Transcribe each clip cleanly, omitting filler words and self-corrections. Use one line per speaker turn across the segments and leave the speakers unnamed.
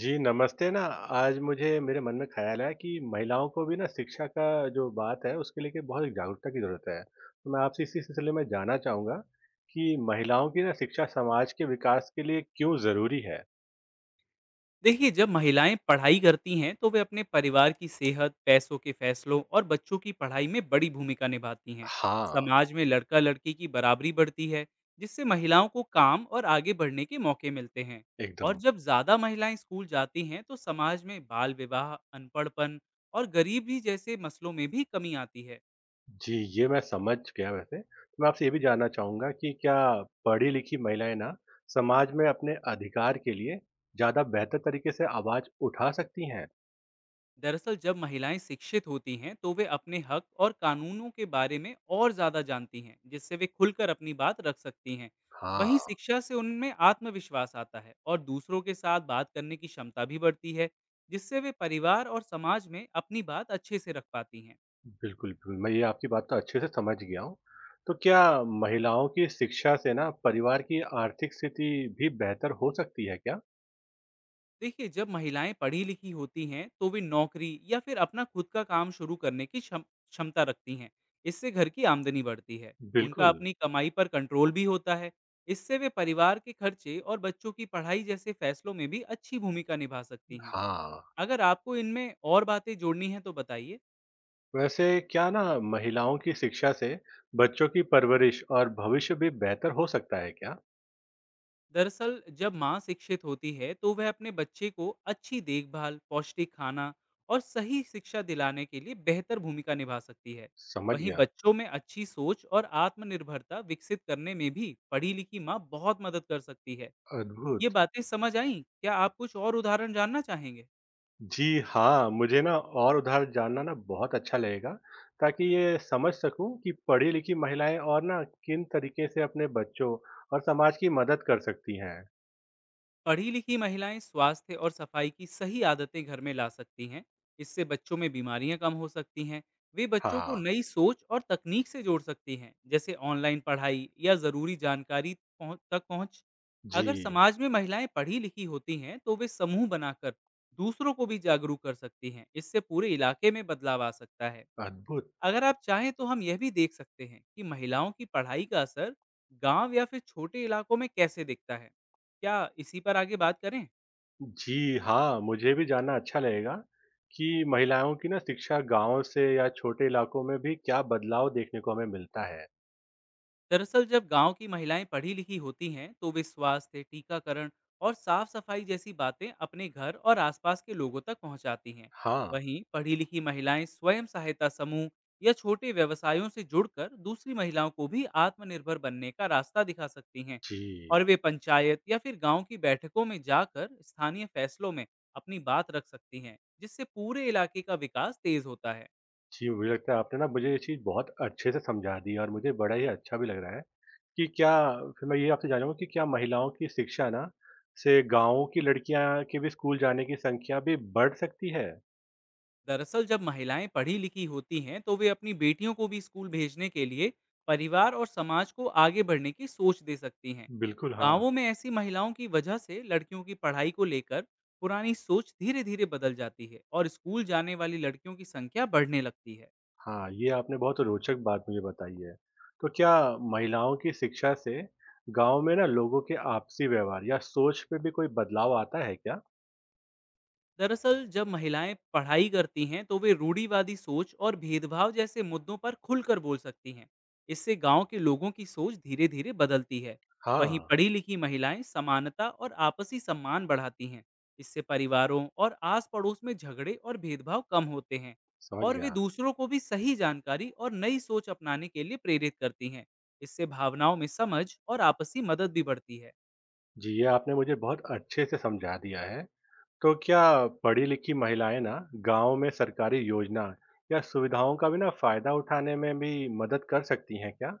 जी, नमस्ते ना, आज मुझे मेरे मन में ख़्याल आया कि महिलाओं को भी ना शिक्षा का जो बात है उसके लेके बहुत जागरूकता की ज़रूरत है। तो मैं आपसे इसी सिलसिले में जानना चाहूँगा कि महिलाओं की ना शिक्षा समाज के विकास के लिए क्यों ज़रूरी है?
देखिए, जब महिलाएं पढ़ाई करती हैं तो वे अपने परिवार की सेहत, पैसों के फैसलों और बच्चों की पढ़ाई में बड़ी भूमिका निभाती हैं।
हाँ,
समाज में लड़का लड़की की बराबरी बढ़ती है, जिससे महिलाओं को काम और आगे बढ़ने के मौके मिलते हैं। और
एकदम।
जब ज़्यादा महिलाएं स्कूल जाती हैं तो समाज में बाल विवाह, अनपढ़पन और गरीबी जैसे मसलों में भी कमी आती है।
जी, ये मैं समझ गया वैसे। तो मैं आपसे ये भी जानना चाहूँगा कि क्या पढ़ी-लिखी महिलाएँ ना समाज में अपने अधिकार के लिए ज़्यादा बेहतर तरीके से आवाज़ उठा सकती हैं?
दरअसल जब महिलाएं शिक्षित होती हैं तो वे अपने हक और कानूनों के बारे में और ज़्यादा जानती हैं, जिससे वे खुलकर अपनी बात रख सकती हैं। वहीं
हाँ।
शिक्षा से उनमें आत्मविश्वास आता है और दूसरों के साथ बात करने की क्षमता भी बढ़ती है, जिससे वे परिवार और समाज में अपनी बात अच्छे से रख पाती हैं।
बिल्कुल, बिल्कुल। मैं ये आपकी बात तो अच्छे से समझ गया हूँ। तो क्या महिलाओं की शिक्षा से ना परिवार की आर्थिक स्थिति भी बेहतर हो सकती है क्या?
देखिए, जब महिलाएं पढ़ी लिखी होती हैं तो वे नौकरी या फिर अपना खुद का काम शुरू करने की क्षमता रखती हैं। इससे घर की आमदनी बढ़ती है, उनका
बिल्कुल,
अपनी कमाई पर कंट्रोल भी होता है। इससे वे परिवार के खर्चे और बच्चों की पढ़ाई जैसे फैसलों में भी अच्छी भूमिका निभा सकती हैं।
हाँ।
अगर आपको इनमें और बातें जोड़नी है तो बताइए।
वैसे क्या ना महिलाओं की शिक्षा से बच्चों की परवरिश और भविष्य भी बेहतर हो सकता है क्या?
दरअसल जब माँ शिक्षित होती है तो वह अपने बच्चे को अच्छी देखभाल, पौष्टिक खाना और सही शिक्षा दिलाने के लिए बेहतर भूमिका निभा सकती है।
समझ
वहीं
गया।
बच्चों में अच्छी सोच और आत्मनिर्भरता विकसित करने में भी पढ़ी लिखी माँ बहुत मदद कर सकती है। ये
अद्भुत!
बातें समझ आईं? क्या आप कुछ और उदाहरण जानना चाहेंगे?
जी हाँ, मुझे ना और उदाहरण जानना ना बहुत अच्छा लगेगा ताकि ये समझ सकूँ कि पढ़ी-लिखी महिलाएँ और ना किन तरीके से अपने बच्चों और समाज की मदद कर सकती हैं।
पढ़ी लिखी महिलाएं स्वास्थ्य और सफाई की सही आदतें घर में ला सकती हैं। इससे बच्चों में बीमारियां कम हो सकती हैं। वे बच्चों को
हाँ,
नई सोच और तकनीक से जोड़ सकती हैं, जैसे ऑनलाइन पढ़ाई या ज़रूरी जानकारी तक पहुंच। अगर
जी,
समाज में महिलाएं पढ़ी लिखी होती हैं तो वे समूह बनाकर दूसरों को भी जागरूक कर सकती हैं। इससे पूरे इलाके में बदलाव आ सकता है।
अद्भुत।
अगर आप चाहें तो हम यह भी देख सकते हैं कि महिलाओं की पढ़ाई का असर गांव या फिर छोटे इलाकों में कैसे दिखता है। क्या इसी पर आगे बात करें?
जी हाँ, मुझे भी जानना अच्छा लगेगा कि महिलाओं की ना शिक्षा गाँव से या छोटे इलाकों में भी क्या बदलाव देखने को हमें मिलता है?
दरअसल जब गांव की महिलाएं पढ़ी लिखी होती हैं तो वे स्वास्थ्य, टीकाकरण और साफ सफाई जैसी बातें अपने घर और आसपास के लोगों तक पहुंचाती हैं।
हाँ,
वहीं पढ़ी लिखी महिलाएं स्वयं सहायता समूह या छोटे व्यवसायों से जुड़कर दूसरी महिलाओं को भी आत्मनिर्भर बनने का रास्ता दिखा सकती हैं। और
जी।
वे पंचायत या फिर गांव की बैठकों में जाकर स्थानीय फैसलों में अपनी बात रख सकती हैं, जिससे पूरे इलाके का विकास तेज होता है।
जी, मुझे लगता है आपने ना मुझे ये चीज़ बहुत अच्छे से समझा दी और मुझे बड़ा ही अच्छा भी लग रहा है कि क्या फिर मैं ये आपसे जानूँगा कि क्या महिलाओं की शिक्षा ना से गाँव की लड़कियाँ के भी स्कूल जाने की संख्या भी बढ़ सकती है?
दरअसल जब महिलाएं पढ़ी लिखी होती हैं तो वे अपनी बेटियों को भी स्कूल भेजने के लिए परिवार और समाज को आगे बढ़ने की सोच दे सकती हैं।
बिल्कुल, हाँ।
गांवों में ऐसी महिलाओं की वजह से लड़कियों की पढ़ाई को लेकर पुरानी सोच धीरे धीरे बदल जाती है और स्कूल जाने वाली लड़कियों की संख्या बढ़ने लगती है।
हाँ, ये आपने बहुत रोचक बात मुझे बताई है। तो क्या महिलाओं की शिक्षा से गाँव में ना लोगों के आपसी व्यवहार या सोच पे भी कोई बदलाव आता है क्या?
दरअसल जब महिलाएं पढ़ाई करती हैं तो वे रूढ़िवादी सोच और भेदभाव जैसे मुद्दों पर खुलकर बोल सकती हैं। इससे गांव के लोगों की सोच धीरे धीरे बदलती है। वहीं
हाँ,
पढ़ी लिखी महिलाएं समानता और आपसी सम्मान बढ़ाती हैं। इससे परिवारों और आस पड़ोस में झगड़े और भेदभाव कम होते हैं।
समझ
और वे
गया।
दूसरों को भी सही जानकारी और नई सोच अपनाने के लिए प्रेरित करती हैं। इससे भावनाओं में समझ और आपसी मदद भी बढ़ती है।
जी, ये आपने मुझे बहुत अच्छे से समझा दिया है। तो क्या पढ़ी-लिखी महिलाएं ना गाँव में सरकारी योजना या सुविधाओं का भी ना फायदा उठाने में भी मदद कर सकती हैं क्या?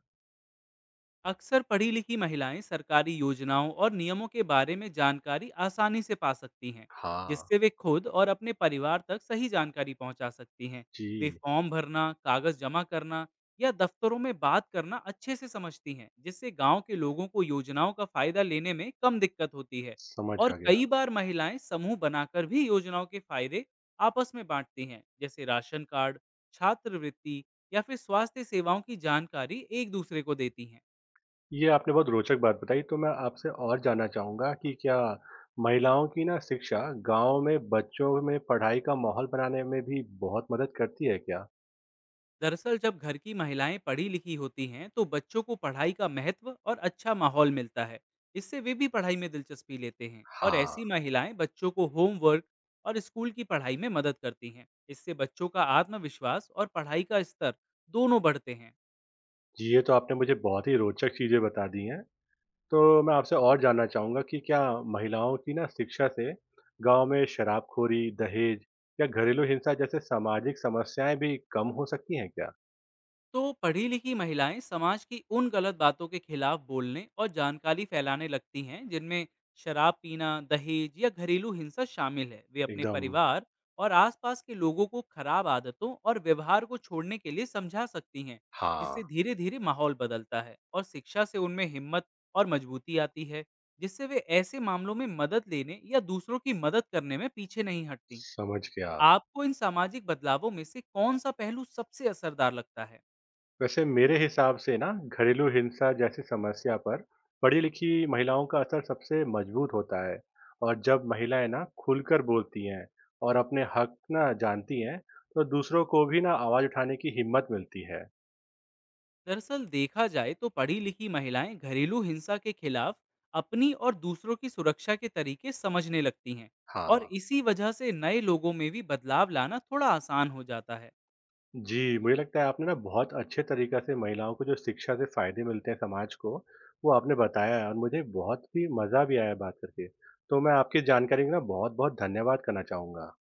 अक्सर पढ़ी लिखी महिलाएं सरकारी योजनाओं और नियमों के बारे में जानकारी आसानी से पा सकती हैं,
हाँ,
जिससे वे खुद और अपने परिवार तक सही जानकारी पहुंचा सकती हैं। वे
जी,
फॉर्म भरना, कागज जमा करना या दफ्तरों में बात करना अच्छे से समझती हैं, जिससे गांव के लोगों को योजनाओं का फायदा लेने में कम दिक्कत होती है।
समझ
और
आ गया।
कई बार महिलाएं समूह बनाकर भी योजनाओं के फायदे आपस में बांटती हैं, जैसे राशन कार्ड, छात्रवृत्ति या फिर स्वास्थ्य सेवाओं की जानकारी एक दूसरे को देती हैं।
ये आपने बहुत रोचक बात बताई। तो मैं आपसे और जानना चाहूँगा कि क्या महिलाओं की ना शिक्षा गाँव में बच्चों में पढ़ाई का माहौल बनाने में भी बहुत मदद करती है क्या?
दरअसल जब घर की महिलाएं पढ़ी लिखी होती हैं तो बच्चों को पढ़ाई का महत्व और अच्छा माहौल मिलता है। इससे वे भी पढ़ाई में दिलचस्पी लेते हैं और ऐसी
हाँ।
महिलाएं बच्चों को होमवर्क और स्कूल की पढ़ाई में मदद करती हैं। इससे बच्चों का आत्मविश्वास और पढ़ाई का स्तर दोनों बढ़ते हैं।
जी, ये तो आपने मुझे बहुत ही रोचक चीज़ें बता दी हैं। तो मैं आपसे और जानना चाहूँगा कि क्या महिलाओं की ना शिक्षा से गाँव में शराबखोरी, दहेज या घरेलू हिंसा जैसे सामाजिक समस्याएँ भी कम हो सकती हैं क्या?
तो पढ़ी लिखी महिलाएं समाज की उन गलत बातों के खिलाफ बोलने और जानकारी फैलाने लगती हैं जिनमें शराब पीना, दहेज या घरेलू हिंसा शामिल है। वे अपने
एकदम
परिवार और आसपास के लोगों को खराब आदतों और व्यवहार को छोड़ने के लिए समझा सकती हैं, जिससे
हाँ।
धीरे धीरे माहौल बदलता है और शिक्षा से उनमें हिम्मत और मजबूती आती है, जिससे वे ऐसे मामलों में मदद लेने या दूसरों की मदद करने में पीछे नहीं हटती।
समझ गया।
आपको इन सामाजिक बदलावों में से कौन सा पहलू सबसे असरदार लगता है?
वैसे मेरे हिसाब से ना घरेलू हिंसा जैसी समस्या पर पढ़ी लिखी महिलाओं का असर सबसे मजबूत होता है। और जब महिलाएं ना खुलकर बोलती हैं और अपने हक ना जानती हैं तो दूसरों को भी ना आवाज उठाने की हिम्मत मिलती है।
दरअसल देखा जाए तो पढ़ी लिखी महिलाएं घरेलू हिंसा के खिलाफ अपनी और दूसरों की सुरक्षा के तरीके समझने लगती हैं और
हाँ।
इसी वजह से नए लोगों में भी बदलाव लाना थोड़ा आसान हो जाता है।
जी, मुझे लगता है आपने ना बहुत अच्छे तरीका से महिलाओं को जो शिक्षा से फायदे मिलते हैं समाज को वो आपने बताया है और मुझे बहुत ही मजा भी आया बात करके। तो मैं आपकी जानकारी का ना बहुत बहुत धन्यवाद करना चाहूंगा।